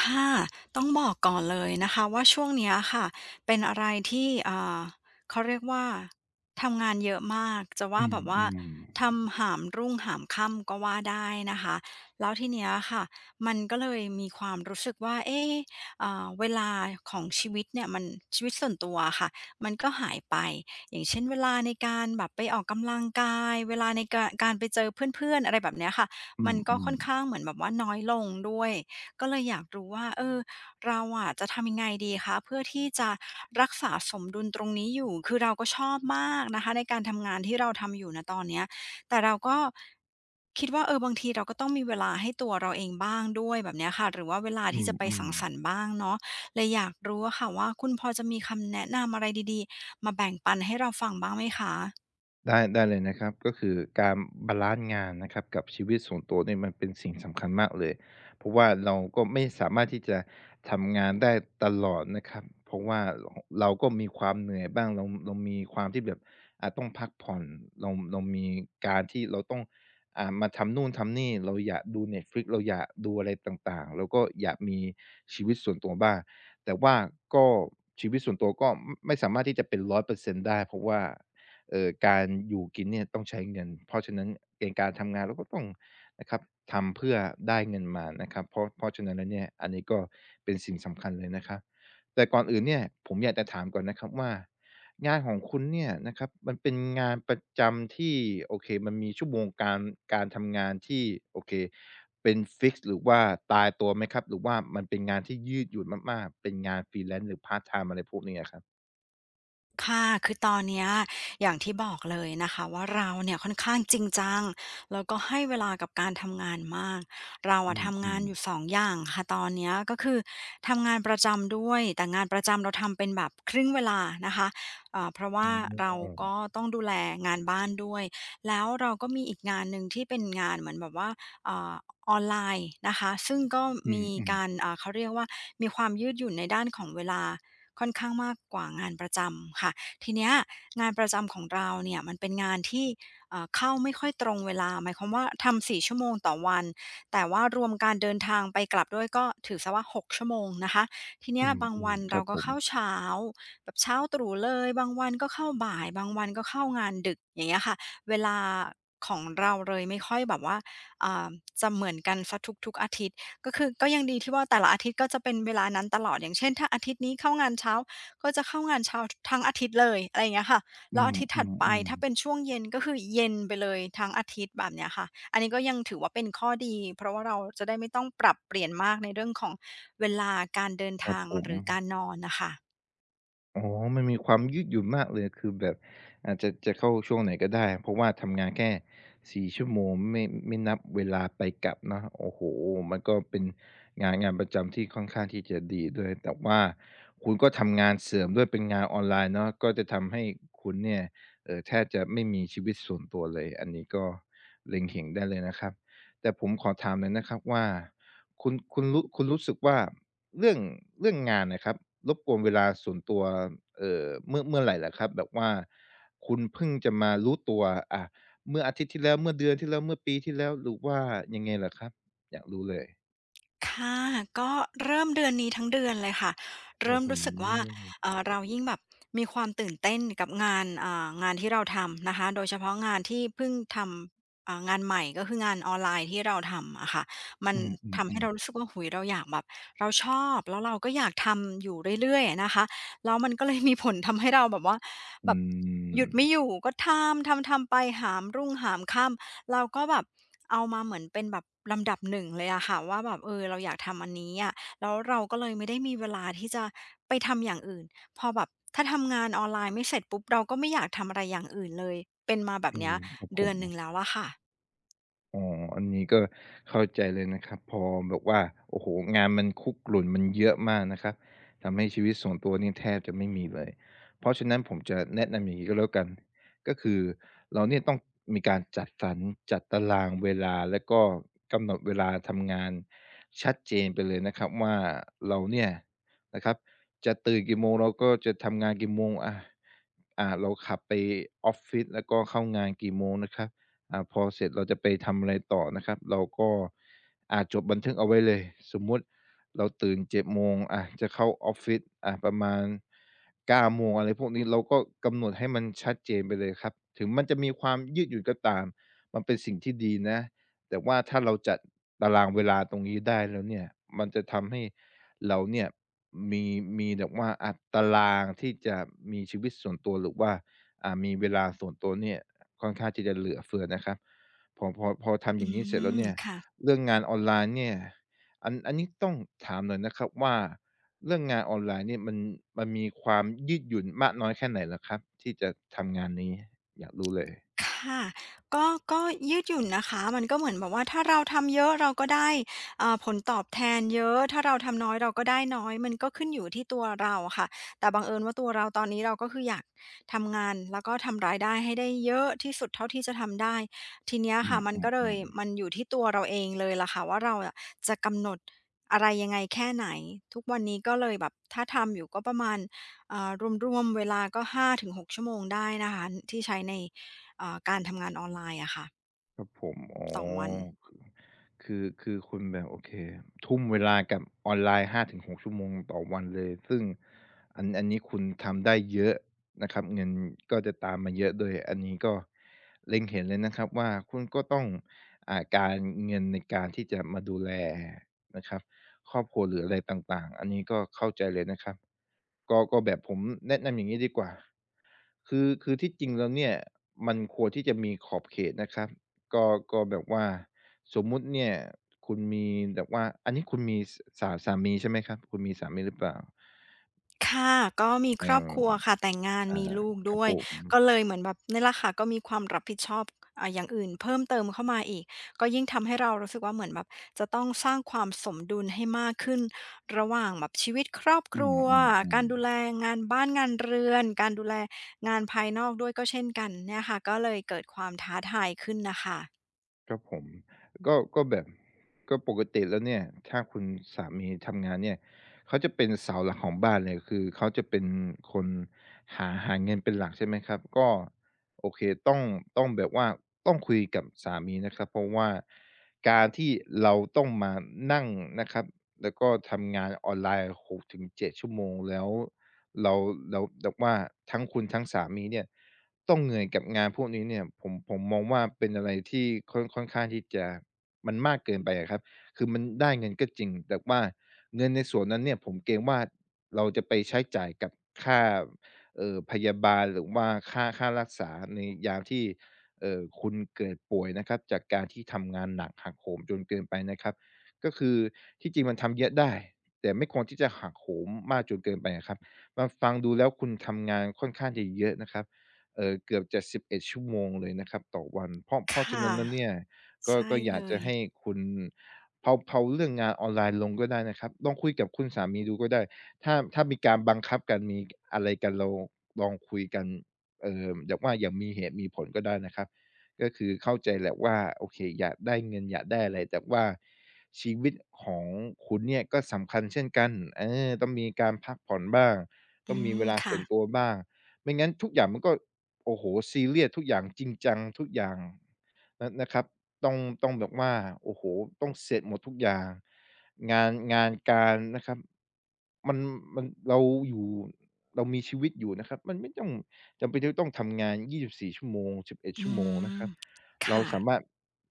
ค่ะต้องบอกก่อนเลยนะคะว่าช่วงเนี้ยค่ะเป็นอะไรที่เขาเรียกว่าทำงานเยอะมากจะว่าอืแบมบว่าอืมทำหามรุ่งหามค่ำก็ว่าได้นะคะแล้วทีเนี้ยค่ะมันก็เลยมีความรู้สึกว่าเอ๊ะเวลาของชีวิตเนี่ยมันชีวิตส่วนตัวอะค่ะมันก็หายไปอย่างเช่นเวลาในการแบบไปออกกำลังกายเวลาในกาการไปเจอเพื่อนๆอะไรแบบเนี้ยค่ะอืมัมนก็อืมค่อนข้างเหมือนแบบว่าน้อยลงด้วย ก็เลยอยากรู้ว่าเออเราอะจะทำยังไงดีคะเพื่อที่จะรักษาสมดุลตรงนี้อยู่คือเราก็ชอบมากนะคะในการทำงานที่เราทำอยู่ณตอนเนี้ยแต่เราก็คิดว่าเออบางทีเราก็ต้องมีเวลาให้ตัวเราเองบ้างด้วยแบบเนี้ยค่ะหรือว่าเวลาอืที่มจะไปอืม สังสรรค์บ้างเนาะเลยอยากรู้อะค่ะว่าคุณพอจะมีคำแนะนำอะไรดีๆมาแบ่งปันให้เราฟังบ้างไหมคะ ได้เลยนะครับก็คือการบาลันซ์งานนะครับกับชีวิตส่วนตัวเนี่ยมันเป็นสิ่งสำคัญมากเลยเพราะว่าเราก็ไม่สามารถที่จะทำงานได้ตลอดนะครับเพราะว่าเราก็มีความเหนื่อยบ้างเรามีความที่แบบต้องพักผ่อนเรามีการที่เราต้องมาทำนู่นทำนี่เราอยากดู Netflix เราอยากดูอะไรต่างๆเราก็อยากมีชีวิตส่วนตัวบ้างแต่ว่าก็ชีวิตส่วนตัวก็มไม่สามารถที่จะเป็นร้อยเป100%ได้เพราะว่า การอยู่กินเนี่ยต้องใช้เงินเพราะฉะนั้นเองการทำงานเราก็ต้องนะครับทำเพื่อได้เงินมานะครับเพราะฉะนั้นแล้วเนี่ยอันนี้ก็เป็นสิ่งสำคัญเลยนะครับแต่ก่อนอื่นเนี่ยผมอยากจะถามก่อนนะครับว่างานของคุณเนี่ยนะครับมันเป็นงานประจำที่โอเคมันมีชั่วโมงการทำงานที่โอเคเป็นฟิกซ์หรือว่าตายตัวไหมครับหรือว่ามันเป็นงานที่ยืดหยุ่นมากๆเป็นงาน Freelance หรือพาร์ตไทม์อะไรพวกนี้อะครับค่ะ คือตอนเนี้ยอย่างที่บอกเลยนะคะว่าเราเนี่ยค่อนข้างจริงจังแล้วก็ให้เวลากับการทำงานมาก เราอือะทำงามนอยู่ๆสองอย่างค่ะตอนเนี้ยก็คือทำงานประจำด้วยแต่งานประจำเราทำเป็นแบบครึ่งเวลานะคะเพราะว่าอ๋เราก็อต้องดูแลงานบ้านด้วยแล้วเราก็มีอีกงานหนึ่งที่เป็นงานเหมือนแบบว่าอ่าออนไลน์นะคะซึ่งก็อืมีมการๆ เขาเรียกว่ามีความยืดหยุ่นในด้านของเวลา ค่อนข้างมากกว่างานประจำค่ะทีเนี้ยงานประจำของเราเนี่ยมันเป็นงานที่เข้าไม่ค่อยตรงเวลาหมายความว่าทำ4ชั่วโมงต่อวันแต่ว่ารวมการเดินทางไปกลับด้วยก็ถือสว่า6ชั่วโมงนะคะทีเนี้อืยบางมวันๆคเรารับก็ผมเข้าเช้าแบบเช้าตรู่เลยบางวันก็เข้าบ่ายบางวันก็เข้างานดึกอย่างเงี้ยค่ะเวลาของเราเลยไม่ค่อยแบบว่าอ่าจะเหมือนกันเสีทุกๆอาทิตย์ ก็คือก็ยังดีที่ว่าแต่ละอาทิตย์ก็จะเป็นเวลานั้นตลอดอย่างเช่นถ้าอาทิตย์นี้เข้างานเช้าก็จะเข้างานเช้าทาั้งอาทิตย์เลยอะไรอย่างเงี้ยค่ะอืแล้วอาทิตย์ถัดไปมถ้าๆเป็นๆช่วงเย็นก็คือเย็นไปเลยทั้งอาทิตย์แบบเนี้ยค่ะอันนี้ก็ยังถือว่าเป็นข้อดีเพราะว่าเราจะได้ไม่ต้องปรับเปลี่ยนมากในเรื่องของเวลาการเดินครับทางผม หรือการนอนน่ะค่ะ อ๋อ มันมีความยืดหยุ่นมากเลย คือแบบอาจจะเข้าช่วงไหนก็ได้ เพราะว่าทำงานแค่4ชั่วโมงไม่นับเวลาไปกลับเนาะโอ้โฮมันก็เป็นงานประจำที่ค่อนข้างที่จะดีด้วยแต่ว่าคุณก็ทำงานเสริมด้วยเป็นงานออนไลน์เนาะก็จะทำให้คุณเนี่ยแทบจะไม่มีชีวิตส่วนตัวเลย อันนี้ก็เล็งเห็นได้เลยนะครับ แต่ผมขอถามหน่อยนะครับว่าคุณรู้สึกว่า เรื่องเรื่องงานนะครับรบกวนเวลาส่วนตัวเมื่อไรเหรอครับแบบว่าคุณเพิ่งจะมารู้ตัวอะเมื่ออาทิตย์ที่แล้วเมื่อเดือนที่แล้วเมื่อปีที่แล้วหรือว่ายังไงเหรอครับอยากรู้เลยค่ะก็เริ่มเดือนนี้ทั้งเดือนเลยค่ะอื้เริ่อมฮือรู้สึกว่าเรายิ่งแบบมีความตื่นเต้นกับงานงานที่เราทำนะคะโดยเฉพาะงานที่เพิ่งทำงานใหม่ก็คืองานออนไลน์ที่เราทำอะค่ะมันอืทำให้มเราๆๆรู้สึกว่าโอ้โฮเราอยากแบบเราชอบแล้วเราก็อยากทำอยู่เรื่อยๆอะนะคะ แล้วมันก็เลยมีผลทำให้เราแบบว่าอืแบบหยุดไม่อมยู่ก็ทำๆไปหามรุ่งหามค่ำเราก็แบบเอามาเหมือนเป็นแบบลำดับหนึ่งเลยอะค่ะว่าแบบเออเราอยากทำอันนี้อะแล้วเราก็เลยไม่ได้มีเวลาที่จะไปทำอย่างอื่นพอแบบถ้าทำงานออนไลน์ไม่เสร็จปุ๊บเราก็ไม่อยากทำอะไรอย่างอื่นเลยเป็นมาแบบอืเนี้มยครับผเดือม นหนึ่งแล้วอะค่ะอ๋ออันนี้ก็เข้าใจเลยนะครับพอแบบว่าโอ้โฮงานมันคุกรุ่นมันเยอะมากนะครับทำให้ชีวิตส่วนตัวนี่แทบจะไม่มีเลยเพราะฉะนั้นผมจะแนะนำอย่างงี้ก็แล้วกันก็คือเราเนี่ยต้องมีการจัดสรรจัดตารางเวลาแล้วก็กำหนดเวลาทำงานชัดเจนไปเลยนะครับว่าเราเนี่ยนะครับจะตื่นกี่โมงเราก็จะทำงานกี่โมงอาเราขับไปออฟฟิศแล้วก็เข้างานกี่โมงนะครับ พอเสร็จเราจะไปทำอะไรต่อนะครับเราก็จดบันทึกเอาไว้เลยสมมุติเราตื่น7โมงจะเข้าออฟฟิศประมาณ9โมงอะไรพวกนี้เราก็กำหนดให้มันชัดเจนไปเลยครับถึงมันจะมีความยืดหยุ่นก็ตามมันเป็นสิ่งที่ดีนะแต่ว่าถ้าเราจัดตารางเวลาตรงนี้ได้แล้วเนี่ยมันจะทำให้เราเนี่ยมีมีแบบว่าตารางที่จะมีชีวิตส่วนตัวหรือว่า มีเวลาส่วนตัวเนี่ยค่อนข้างที่จะเหลือเฟือนะครับพอทำออืย่างงี้เสร็จแล้วมเนี่ยค่ะ เรื่องงานออนไลน์เนี่ยอันนี้ต้องถามหน่อยนะครับว่าเรื่องงานออนไลน์เนี่ยมันมีความยืดหยุ่นมากน้อยแค่ไหนเหรอครับที่จะทำงานนี้อยากรู้เลยค่ะก็ก็ยืดหยุ่นนะคะมันก็เหมือนแบบว่าถ้าเราทำเยอะเราก็ได้ผลตอบแทนเยอะถ้าเราทำน้อยเราก็ได้น้อยมันก็ขึ้นอยู่ที่ตัวเราค่ะแต่บังเอิญว่าตัวเราตอนนี้เราก็คืออยากทำงานแล้วก็ทำรายได้ให้ได้เยอะที่สุดเท่าที่จะทำได้ทีเนี้ยอืค่ะมันก็เลยมๆๆ มันอยู่ที่ตัวเราเองเลยล่ะค่ะว่าเราอะจะกำหนดอะไรยังไงแค่ไหนทุกวันนี้ก็เลยแบบถ้าทำอยู่ก็ประมาณอ่ารวมๆเวลาก็5-6ชั่วโมงได้นะคะที่ใช้ใน การทำงานออนไลน์อะค่ะครับผมอ๋อต่อวัน คือคุณแบบโอเคทุ่มเวลากับออนไลน์หาถึงหกชั่วโมงต่อวันเลยซึ่งอันนี้คุณทำได้เยอะนะครับเงินก็จะตามมาเยอะด้วยอันนี้ก็เล็งเห็นเลยนะครับว่าคุณก็ต้องการเงินในการที่จะมาดูแลนะครับครอบครัวหรืออะไรต่างๆอันนี้ก็เข้าใจเลยนะครับก็แบบผมแนะนำอย่างงี้ดีกว่าคือที่จริงแล้วเนี่ยมันควรที่จะมีขอบเขตนะครับ ก็ก็แบบว่าสมมุติเนี่ยคุณมีแบบว่าอันนี้คุณมีสามีใช่ไหมครับคุณมีสามีหรือเปล่าค่ะก็มีเอคอรอบครัวค่ะแต่งงานอามีลูกครับด้วผยมก็เลยเหมือนแบบเนี่ยแหละค่ะก็มีความรับผิดชอบอย่างอื่นเพิ่มเติมเข้ามาอีกก็ยิ่งทำให้เรารู้สึกว่าเหมือนแบบจะต้องสร้างความสมดุลให้มากขึ้นระหว่างแบบชีวิตครอบคอืรัวกามรดูแลๆงานบ้านงานเรือนการดูแลงานภายนอกด้วยก็เช่นกันเนี่ยค่ะก็เลยเกิดความท้าทายขึ้นน่ะค่ะๆครับผมก็แบบก็ปกติแล้วเนี่ยถ้าคุณสามีทำงานเนี่ยเขาจะเป็นเสาหลักของบ้านเลยคือเขาจะเป็นคนหาเงินเป็นหลักใช่ไหมครับก็โอเคต้องต้องแบบว่าต้องคุยกับสามีนะครับเพราะว่าการที่เราต้องมานั่งนะครับ แล้วก็ทำงานออนไลน์6-7ชั่วโมงแล้วเราเราแบบว่าทั้งคุณทั้งสามีเนี่ยต้องเหนื่อยกับงานพวกนี้เนี่ยผมมองว่าเป็นอะไรที่ค่อนข้างที่จะมันมากเกินไปอะครับคือมันได้เงินก็จริงแต่ว่าเงินในส่วนนั้นเนี่ยผมเกรงว่าเราจะไปใช้จ่ายกับค่าพยาบาลหรือว่าค่ารักษาในยามที่คุณเกิดป่วยนะครับจากการที่ทำงานหนักหักโหมจนเกินไปนะครับ ก็คือที่จริงมันทำเยอะได้แต่ไม่ควรที่จะหักโหมมากจนเกินไปอะครับมันฟังดูแล้วคุณทำงานค่อนข้างจะเยอะนะครับเกือบจะ11ชั่วโมงเลยนะครับต่อวันเพราะคเพราะฉะ่ะนั้นแล้วเนี่ยก็ใช่ก็อเลยากยจะให้คุณเพลาเรื่องงานออนไลน์ลงก็ได้นะครับลองคุยกับคุณสามีดูก็ได้ถ้ามีการบังคับกันมีอะไรกันเราลองคุยกันแบบว่าอย่างมีเหตุมีผลก็ได้นะครับก็คือเข้าใจแหละว่าโอเคอยากได้เงินอยากได้อะไรแต่ว่า ชีวิตของคุณเนี่ยก็สำคัญเช่นกันเออต้องมีการพักผ่อนบ้าง ต้อืองมีเวมลาค่ะส่วนตัวบ้างไม่งั้นทุกอย่างมันก็โอ้โฮซีเรียสทุกอย่างจริงจังทุกอย่างนนะครับต้องต้องแบบว่าโอ้โฮต้องเสร็จหมดทุกอย่างงานการนะครับมันมันเราอยู่เรามีชีวิตอยู่นะครับมันไม่ต้องจำเป็นที่จะต้องทำงาน24ชั่วโมง11อืชั่วโมงนะมครับ เราค่ะ สามารถ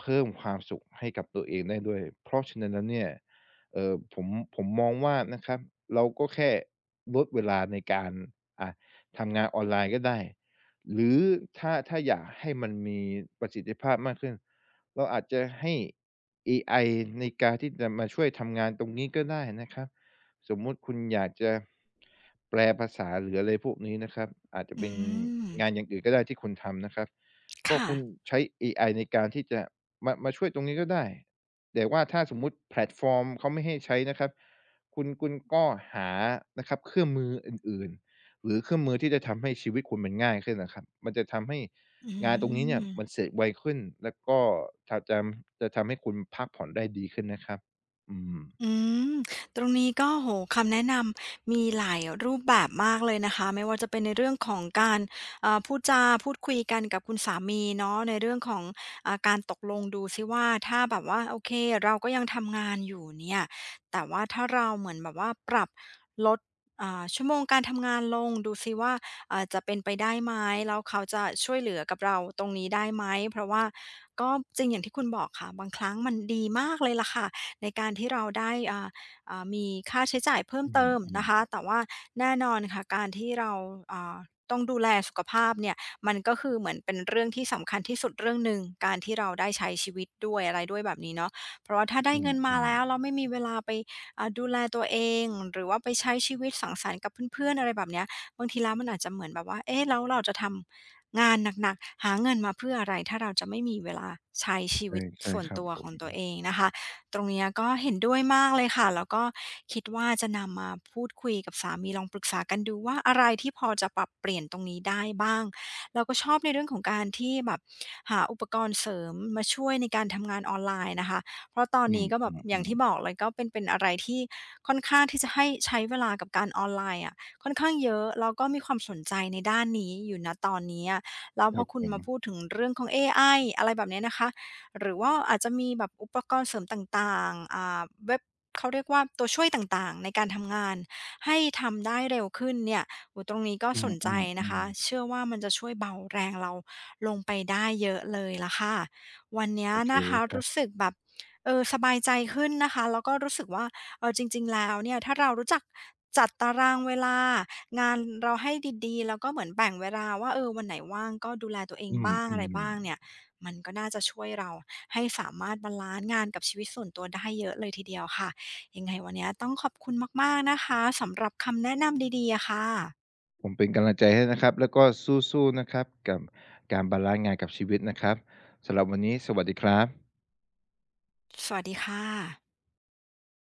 เพิ่มความสุขให้กับตัวเองได้ด้วยเพราะฉะนั้นแล้วเนี่ยเอ่อผมผมมองว่านะครับเราก็แค่ลดเวลาในการอ่าทำงานออนไลน์ก็ได้หรือถ้าอยากให้มันมีประสิทธิภาพมากขึ้นเราอาจจะให้เอไอในการที่จะมาช่วยทำงานตรงนี้ก็ได้นะครับสมมุติคุณอยากจะแปลภาษาหรืออะไรพวกนี้นะครับอาจจะอืเป็นม งานอย่างอื่นก็ได้ที่คุณทำนะครับ ก็ค่ะ คุณใช้เอไอในการที่จะมาช่วยตรงนี้ก็ได้แต่ว่าถ้าสมมุติแพลตฟอร์มเขาไม่ให้ใช้นะครับคุณก็หานะครับเครื่องมืออื่นๆหรือเครื่องมือที่จะทำให้ชีวิตคุณมันง่ายขึ้นน่ะครับมันจะทำให้อืงานตรงนี้เนี่ยมันม เสร็จไวขึ้นแล้วก็ทาจำจะทำให้คุณพักผ่อนได้ดีขึ้นนะครับอืมอืมตรงนี้ก็โหคำแนะนำมีหลายรูปแบบมากเลยนะคะไม่ว่าจะเป็นในเรื่องของการพูดจาพูดคุยกันกับคุณสามีเนาะในเรื่องของอาการตกลงดูซิว่าถ้าแบบว่าโอเคเราก็ยังทำงานอยู่เนี่ยแต่ว่าถ้าเราเหมือนแบบว่าปรับลดชั่วโมงการทำงานลงดูซิว่าจะเป็นไปได้ไหมแล้วเขาจะช่วยเหลือกับเราตรงนี้ได้ไหมเพราะว่าก็จริงอย่างที่คุณบอกค่ะบางครั้งมันดีมากเลยล่ะค่ะ ในการที่เราได้มีค่าใช้จ่ายเพิ่มอืเติมนะคะ มแต่ว่าแน่นอนค่ะการที่เราอ่าต้องดูแลสุขภาพเนี่ยมันก็คือเหมือนเป็นเรื่องที่สำคัญที่สุดเรื่องหนึ่งการที่เราได้ใช้ชีวิตด้วยอะไรด้วยแบบนี้เนาะเพราะว่าถ้าๆได้อืเงินมาแล้มวแล้วๆไม่มีเวลาไปดูแลตัวเองหรือว่าไปใช้ชีวิตสังสรรค์กับเพื่อนๆอะไรแบบเนี้ยบางทีแล้วมันอาจจะเหมือนแบบว่าเอ๊ะแล้วเราจะทำงานหนักๆหาเงินมาเพื่ออะไรถ้าเราจะไม่มีเวลาใช้ชีใช่วิตใช่ส่วนครับตัวผของมตัวเองนะคะ ตรงเนี้ยก็เห็นด้วยมากเลยค่ะแล้วก็คิดว่าจะนำมาพูดคุยกับสามีลองปรึกษากันดูว่าอะไรที่พอจะปรับเปลี่ยนตรงนี้ได้บ้างเราก็ชอบในเรื่องของการที่แบบหาอุปกรณ์เสริมมาช่วยในการทำงานออนไลน์นะคะเพราะตอนอืมนี้ก็แบบอย่างที่บอกเลยก็เป็นอะไรที่ค่อนข้างที่จะให้ใช้เวลากับการออนไลน์อะค่อนข้างเยอะแล้วก็มีความสนใจในด้านนี้อยู่ณตอนเนี้อๆแล้วๆคพอรับคุผณมมาพูดถึงเรื่องของเอไออะไรแบบเนี้ยนะคะ หรือว่าอาจจะมีแบบอุปกรณ์เสริมต่างๆเว็บเขาเรียกว่าตัวช่วยต่างๆในการทำงานให้ทำได้เร็วขึ้นเนี่ยโอ้ตรงนี้ก็อสนใจนะืคะมๆเชื่อว่ามันจะช่วยเบาแรงเราลงไปได้เยอะเลยละค่ะวันเนี้ๆยโอเคนะเลคะยครับรู้สึกแบบเออสบายใจขึ้นนะคะแล้วก็รู้สึกว่าเออจริงๆแล้วเนี่ยถ้าเรารู้จักจัดตารางเวลางานเราให้ดีๆแล้วก็เหมือนแบ่งเวลาว่าเออวันไหนว่างก็ดูแลตัวเองอืบ้างอะไรมบ้างเนี่ย ๆ มันก็น่าจะช่วยเราให้สามารถบาลานซ์งานกับชีวิตส่วนตัวได้เยอะเลยทีเดียวค่ะยังไงวันนี้ต้องขอบคุณมากๆนะคะสำหรับคำแนะนำดีๆอะค่ะผมเป็นกำลังใจให้นะครับแล้วก็สู้ๆนะครับกับการบาลันซ์งานกับชีวิตนะครับสำหรับวันนี้สวัสดีครับสวัสดีค่ะ